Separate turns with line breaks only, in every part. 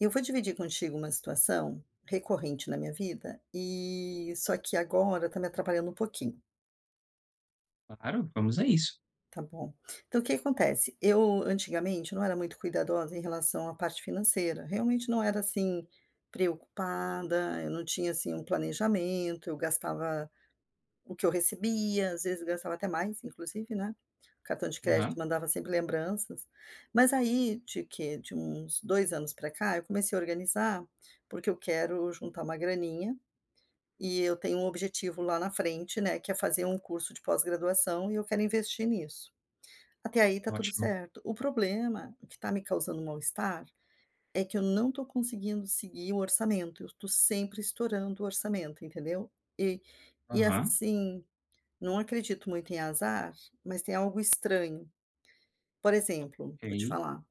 Eu vou dividir contigo uma situação recorrente na minha vida, e só que agora tá me atrapalhando um pouquinho,
Claro, vamos a isso.
tá bom? Então o que acontece? Eu antigamente não era muito cuidadosa em relação à parte financeira, realmente não era assim preocupada, eu não tinha assim um planejamento, eu gastava o que eu recebia, às vezes gastava até mais, inclusive, né. O cartão de crédito
Aham,
mandava sempre lembranças. Mas aí, de uns 2 anos para cá, eu comecei a organizar, porque eu quero juntar uma graninha, e eu tenho um objetivo lá na frente, né, que é fazer um curso de pós-graduação e eu quero investir nisso. Até aí tá tudo
ótimo.
certo. O problema, o que está me causando mal-estar, é que eu não estou conseguindo seguir o orçamento, eu estou sempre estourando o orçamento, entendeu. E e
Aham,
assim não acredito muito em azar, mas tem algo estranho. Por exemplo, vou te
ok.
falar,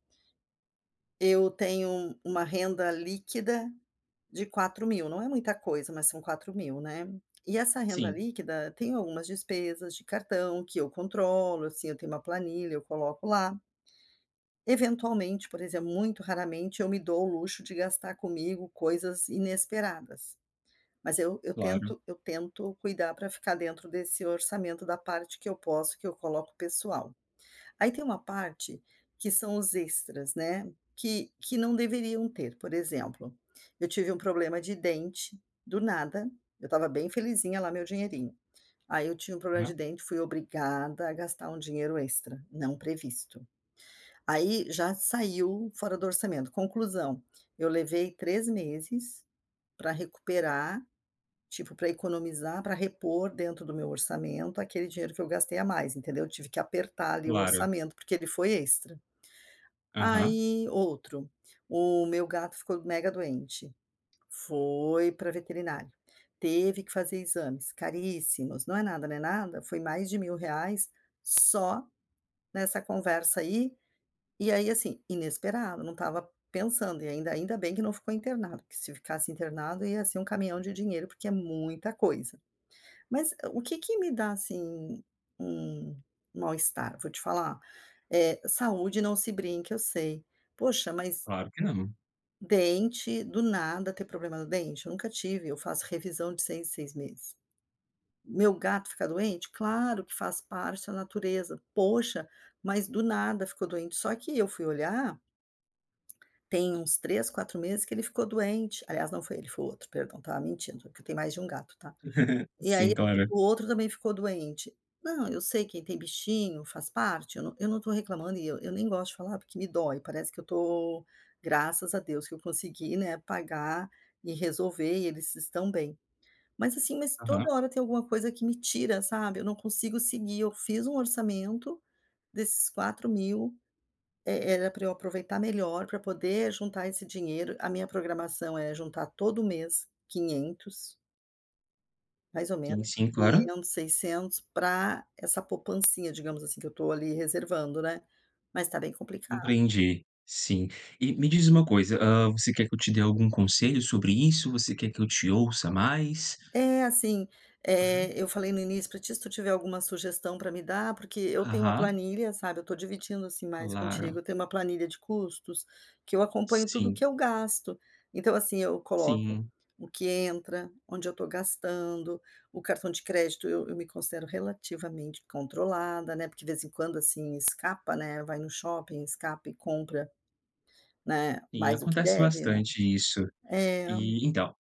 eu tenho uma renda líquida de 4.000. Não é muita coisa, mas são 4.000, né. E essa renda
Sim,
líquida tem algumas despesas de cartão que eu controlo, assim, eu tenho uma planilha, eu coloco lá. Eventualmente, por exemplo, muito raramente eu me dou o luxo de gastar comigo coisas inesperadas, mas eu eu
claro.
tento eu tento cuidar para ficar dentro desse orçamento da parte que eu posso, que eu coloco pessoal. Aí tem uma parte que são os extras, né, que não deveriam ter, por exemplo, eu tive um problema de dente, do nada, eu estava bem felizinha lá, meu dinheirinho. Aí eu tive um problema de
Aham,
dente, fui obrigada a gastar um dinheiro extra, não previsto. Aí já saiu fora do orçamento. Conclusão, eu levei 3 meses para recuperar, tipo, para economizar, para repor dentro do meu orçamento aquele dinheiro que eu gastei a mais, entendeu. Eu tive que apertar ali o
claro.
orçamento, porque ele foi extra.
Aham,
Aí, outro, o meu gato ficou mega doente, foi para veterinário, teve que fazer exames caríssimos, não é nada, não é nada, foi mais de 1.000 reais só nessa conversa aí, e aí assim, inesperado, não estava pensando e ainda bem que não ficou internado, porque se ficasse internado ia ser um caminhão de dinheiro, porque é muita coisa. Mas o que que me dá assim, um mal-estar? Vou te falar, saúde não se brinca, eu sei. Poxa, mas
claro que não.
dente, do nada ter problema no dente, eu nunca tive, eu faço revisão de 6 em 6 meses. Meu gato ficar doente? Claro que faz parte da natureza. Poxa, mas do nada ficou doente. Só que eu fui olhar, tem uns 3, 4 meses que ele ficou doente. Aliás, não foi ele, foi outro, perdão, tava mentindo, porque eu tenho mais de um gato, tá? E aí
Sim, claro.
o outro também ficou doente. Não, eu sei quem tem bichinho faz parte, eu não tô reclamando e eu nem gosto de falar porque me dói, parece que eu tô graças a Deus que eu consegui, né, pagar e resolver e eles estão bem. Mas assim, mas
Aham,
toda hora tem alguma coisa que me tira, sabe, eu não consigo seguir, eu fiz um orçamento desses 4.000, era para eu aproveitar melhor, para poder juntar esse dinheiro, a minha programação é juntar todo mês 500. Mais ou
sim,
menos
sim, claro.
500, 600 para essa poupancinha, digamos assim, que eu estou ali reservando, né. Mas está bem complicado.
Compreendi, sim. E me diz uma coisa, ah, você quer que eu te dê algum conselho sobre isso? Você quer que eu te ouça mais?
É, assim,
Aham,
eu falei no início para ti, se tu tiver alguma sugestão para me dar, porque eu tenho uma
aham,
planilha, sabe, eu estou dividindo, assim, mais contigo,
claro.
eu tenho uma planilha de custos, que eu acompanho tudo que
Sim,
eu gasto. Então, assim, eu coloco
sim,
o que entra, onde eu estou gastando, o cartão de crédito eu me considero relativamente controlada, né, porque de vez em quando, assim, escapa, né, vai no shopping, escapa e compra, né,
sim,
mais do que
acontece
deve, né.
bastante isso.
É,
E então,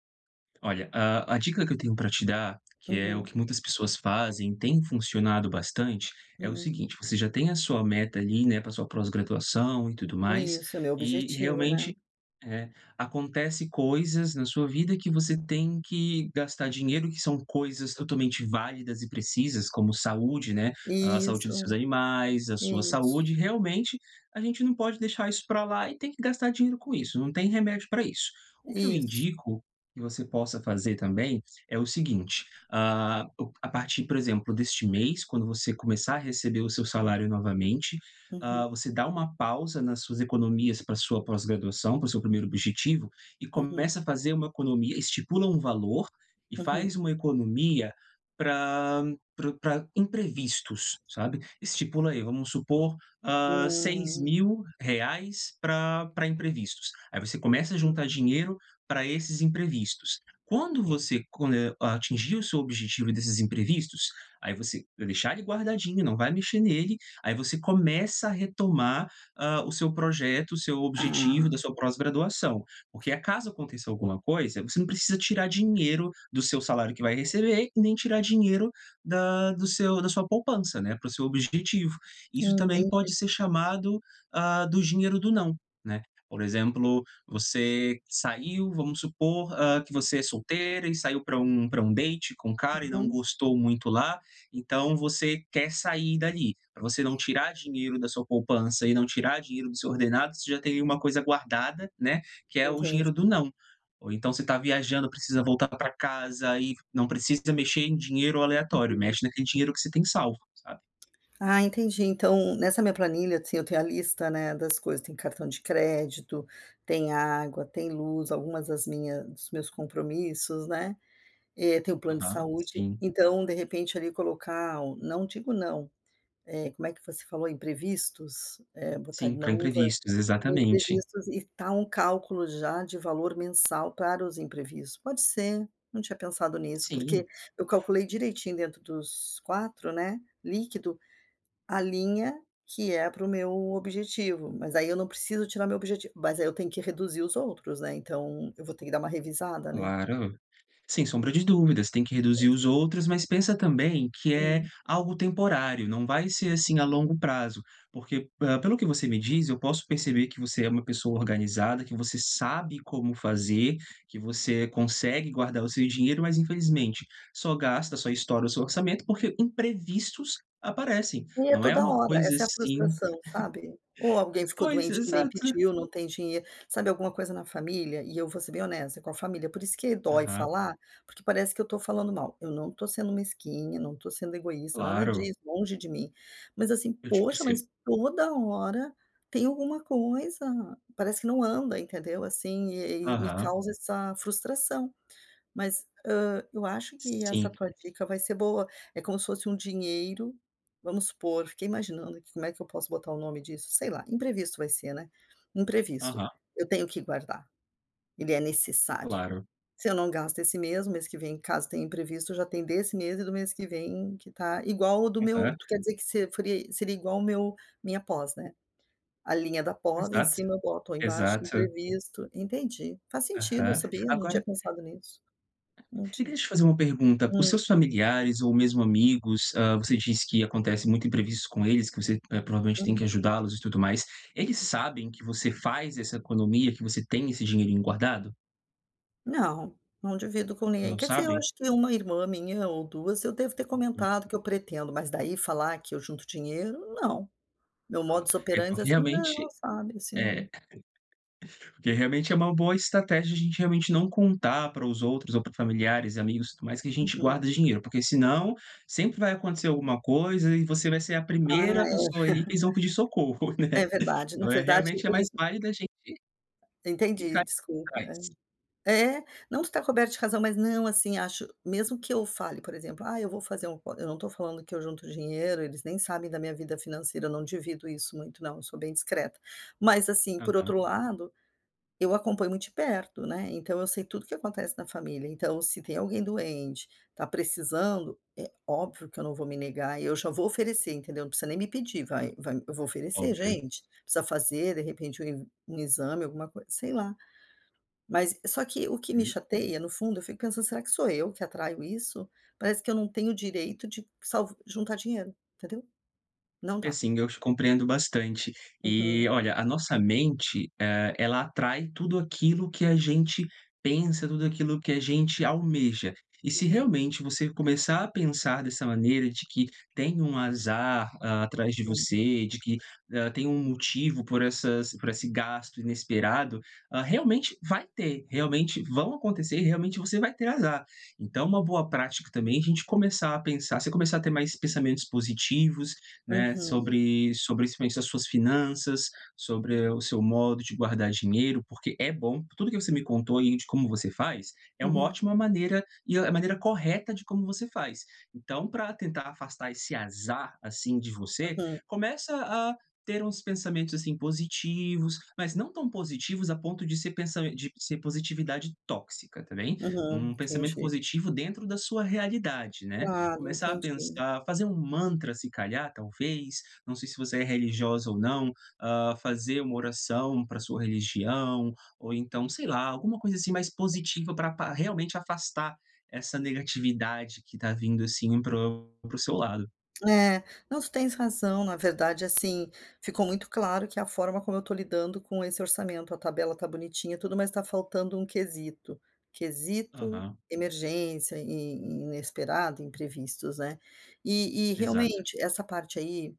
olha, a dica que eu tenho para te dar, que é o
uhum,
que muitas pessoas fazem, tem funcionado bastante, é o
uhum.
seguinte: você já tem a sua meta ali, né, para sua pós-graduação e tudo mais,
Isso, é meu
e
objetivo, né.
realmente, eh, acontece coisas na sua vida que você tem que gastar dinheiro, que são coisas totalmente válidas e precisas, como saúde, né, a saúde dos seus
Isso,
animais, a sua saúde.
isso,
Realmente, a gente não pode deixar isso para lá e tem que gastar dinheiro com isso, não tem remédio para isso. O que eu
isso.
indico que você possa fazer também é o seguinte: ah, o a partir, por exemplo, deste mês, quando você começar a receber o seu salário novamente,
Uhum,
você dá uma pausa nas suas economias para sua pós-graduação, para o seu primeiro objetivo, e
uhum,
começa a fazer uma economia, estipula um valor e
uhum.
faz uma economia para para imprevistos, sabe. Estipula aí, vamos supor,
Hum,
R$6.000 para imprevistos. Aí você começa a juntar dinheiro para esses imprevistos. Quando você atingir o seu objetivo desses imprevistos, aí você vai deixar ele guardadinho, não vai mexer nele, aí você começa a retomar, o seu projeto, o seu
ah,
objetivo da sua pós-graduação. Porque a caso aconteça alguma coisa, você não precisa tirar dinheiro do seu salário que vai receber e nem tirar dinheiro da do seu da sua poupança, né, para o seu objetivo. Isso também
entendi.
pode ser chamado, do dinheiro do não, né. Por exemplo, você saiu, vamos supor, que você é solteira e saiu para um date com um cara e não
Aham,
gostou muito lá, então você quer sair dali. Para você não tirar dinheiro da sua poupança e não tirar dinheiro do seu ordenado, você já tem uma coisa guardada, né, que é o dinheiro do
entendi.
não. Ou então você está viajando, precisa voltar para casa e não precisa mexer em dinheiro aleatório,
Uhum.
mexe naquele dinheiro que você tem salvo, sabe.
Ah, entendi. Então, nessa minha planilha, assim, eu tenho a lista, né, das coisas, tem cartão de crédito, tem água, tem luz, algumas das minhas dos meus compromissos, né, tem o plano de
Aham,
saúde.
sim.
Então, de repente, ali colocar o não digo não, como é que você falou? Imprevistos? Botar
Sim, para
não
imprevistos, exatamente.
imprevistos e tá um cálculo já de valor mensal para os imprevistos. Pode ser, não tinha pensado nisso, porque
Sim,
eu calculei direitinho dentro dos 4 né, líquido, a linha que é para o meu objetivo, mas aí eu não preciso tirar meu objetivo, mas aí eu tenho que reduzir os outros, né, então eu vou ter que dar uma revisada, né.
claro. Sem sombra de dúvidas, tem que reduzir os outros, mas pensa também que é
Hum.
algo temporário, não vai ser assim a longo prazo, porque, pelo que você me diz, eu posso perceber que você é uma pessoa organizada, que você sabe como fazer, que você consegue guardar o seu dinheiro, mas infelizmente só gasta, só estoura o seu orçamento, porque imprevistos aparecem.
E é
Não é
toda
uma
hora,
coisa
essa é a
assim.
frustração, sabe. Ou alguém ficou
Pois,
doente também,
exato.
pediu, não tem dinheiro, sabe, alguma coisa na família, e eu vou ser bem honesta com a família, por isso que dói
Aham,
falar, porque parece que eu estou falando mal. Eu não estou sendo mesquinha, não estou sendo egoísta, nada
claro,
disso, longe de mim. Mas assim,
eu te
poxa,
percebo.
mas toda hora tem alguma coisa, parece que não anda, entendeu, assim, e me
Aham,
causa essa frustração. Mas eu acho que essa
sim,
tua dica vai ser boa. É como se fosse um dinheiro, vamos supor, fiquei imaginando aqui como é que eu posso botar o nome disso, sei lá, imprevisto vai ser, né, imprevisto.
aham,
Eu tenho que guardar, ele é necessário.
claro,
Se eu não gasto esse mês, o mês que vem, caso tenha imprevisto, já tem desse mês e do mês que vem que tá igual o do meu
aham,
tu quer dizer que se foria seria igual o meu minha pós, né, a linha da pós, em
exato.
cima eu boto ou embaixo
Exato.
imprevisto, entendi. Faz sentido,
Aham.
sabia? Não tinha
Agora,
pensado nisso. Não
e deixa
tinha.
eu te fazer uma pergunta, os seus familiares ou mesmo amigos, você disse que acontece muito imprevistos com eles, que você, provavelmente tem
Hum.
que ajudá-los e tudo mais. Eles sabem que você faz essa economia, que você tem esse dinheirinho guardado?
Não, não divido com ninguém.
Não
Quer dizer, eu
sabem?
acho que uma irmã minha ou 2 eu devo ter
Hum,
comentado que eu pretendo, mas daí falar que eu junto dinheiro, não. Meu modus
pronto.
operandi é assim: "Não", sabe, assim, não
É Porque realmente é uma boa estratégia a gente realmente não contar para os outros ou para familiares amigos tudo mais que a gente
uhum.
guarda dinheiro, porque senão sempre vai acontecer alguma coisa e você vai ser a primeira
Ah,
pessoa ali que eles vão pedir socorro,
é,
né.
é verdade. Na
Então
verdade,
realmente é mais
eles
válido a gente
entendi,
ficar
desculpa. É.
atrás.
É, não, tu tá coberto de razão, mas não, assim, acho mesmo que eu fale, por exemplo: "Ah, eu vou fazer um" eu não tô falando que eu junto dinheiro, eles nem sabem da minha vida financeira, eu não divido isso muito não, eu sou bem discreta. Mas, assim, por
Aham,
outro lado, eu acompanho muito de perto, né, então eu sei tudo que acontece na família. Então, se tem alguém doente, tá precisando, é óbvio que eu não vou me negar e eu já vou oferecer, entendeu? Não precisa nem me pedir, vai eu vou oferecer:
óbvio.
"Gente, precisa fazer, de repente, um exame, alguma coisa", sei lá. Mas só que o que me
Hum.
chateia, no fundo, eu fico pensando: "Será que sou eu que atraio isso?". Parece que eu não tenho o direito de salv juntar dinheiro, entendeu? Não
É,
dá.
sim, eu te compreendo bastante. E
Uhum,
olha, a nossa mente, ela atrai tudo aquilo que a gente pensa, tudo aquilo que a gente almeja. E se
uhum,
realmente você começar a pensar dessa maneira de que tem um azar, atrás de
hum,
você, de que, tem um motivo por essas por esse gasto inesperado, realmente vai ter, realmente vão acontecer, realmente você vai ter azar. Então uma boa prática também é a gente começar a pensar, você começar a ter mais pensamentos positivos, né,
uhum,
sobre principalmente as suas finanças, sobre
hum,
o seu modo de guardar dinheiro, porque é bom tudo que você me contou aí de como você faz, é uma
uhum,
ótima maneira e é a maneira correta de como você faz. Então, para tentar afastar esse azar, assim, de você,
uhum,
começa a ter uns pensamentos, assim, positivos, mas não tão positivos a ponto de ser positividade tóxica, tá bem?
uhum,
Um pensamento
entendi.
positivo dentro da sua realidade, né?
Claro,
Começar a
entendi.
pensar, fazer um mantra se calhar, talvez, não sei se você é religiosa ou não, fazer uma oração para sua religião, ou então, sei lá, alguma coisa assim mais positiva para realmente afastar essa negatividade que está vindo assim para o seu lado.
É, não, tu tens razão, na verdade, assim, ficou muito claro que a forma como eu estou lidando com esse orçamento, a tabela tá bonitinha, tudo, mas está faltando um quesito. Quesito
Aham,
emergência, e inesperado, imprevistos, né. E
exato.
realmente, essa parte aí,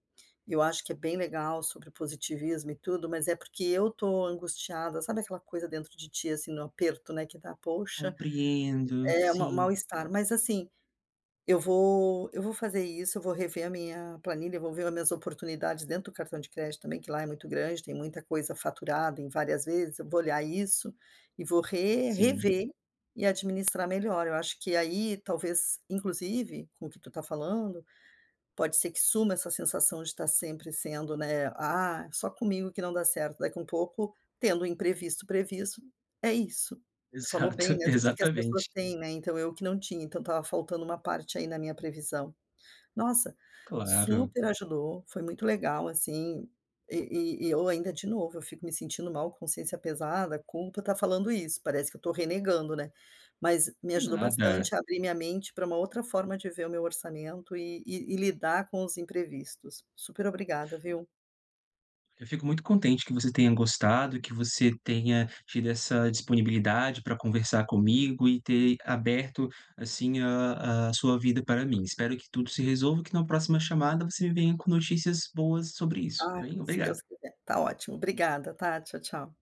eu acho que é bem legal sobre positivismo e tudo, mas é porque eu tô angustiada, sabe aquela coisa dentro de ti, assim, no aperto, né, que dá, poxa,
Compreendo,
é, um
sim,
mal-estar, mas assim, Eu vou fazer isso, eu vou rever a minha planilha, vou ver as minhas oportunidades dentro do cartão de crédito também, que lá é muito grande, tem muita coisa faturada em várias vezes, eu vou olhar isso e vou re
sim,
rever e administrar melhor. Eu acho que aí talvez, inclusive, com o que tu está falando pode ser que suma essa sensação de estar sempre sendo, né, "Ah, só comigo que não dá certo", daqui um pouco, tendo o imprevisto previsto, é isso. Tu falou bem,
exato,
né, tu disse que as pessoas
exatamente.
têm, né, então eu que não tinha, então estava faltando uma parte aí na minha previsão. Nossa,
Claro.
super ajudou, foi muito legal, assim, e eu ainda de novo, eu fico me sentindo mal, consciência pesada, culpa, tá falando isso, parece que eu tô renegando, né, mas me
E
ajudou
nada.
bastante a abrir minha mente para uma outra forma de ver o meu orçamento e lidar com os imprevistos. Super obrigada, viu.
Eu fico muito contente que você tenha gostado, que você tenha tido essa disponibilidade para conversar comigo e ter aberto assim a sua vida para mim. Espero que tudo se resolva e que na próxima chamada você me venha com notícias boas sobre isso, tá
Ai,
bem?
se
Obrigado.
Deus quiser, tá ótimo. Obrigada, tá? Tchau, tchau.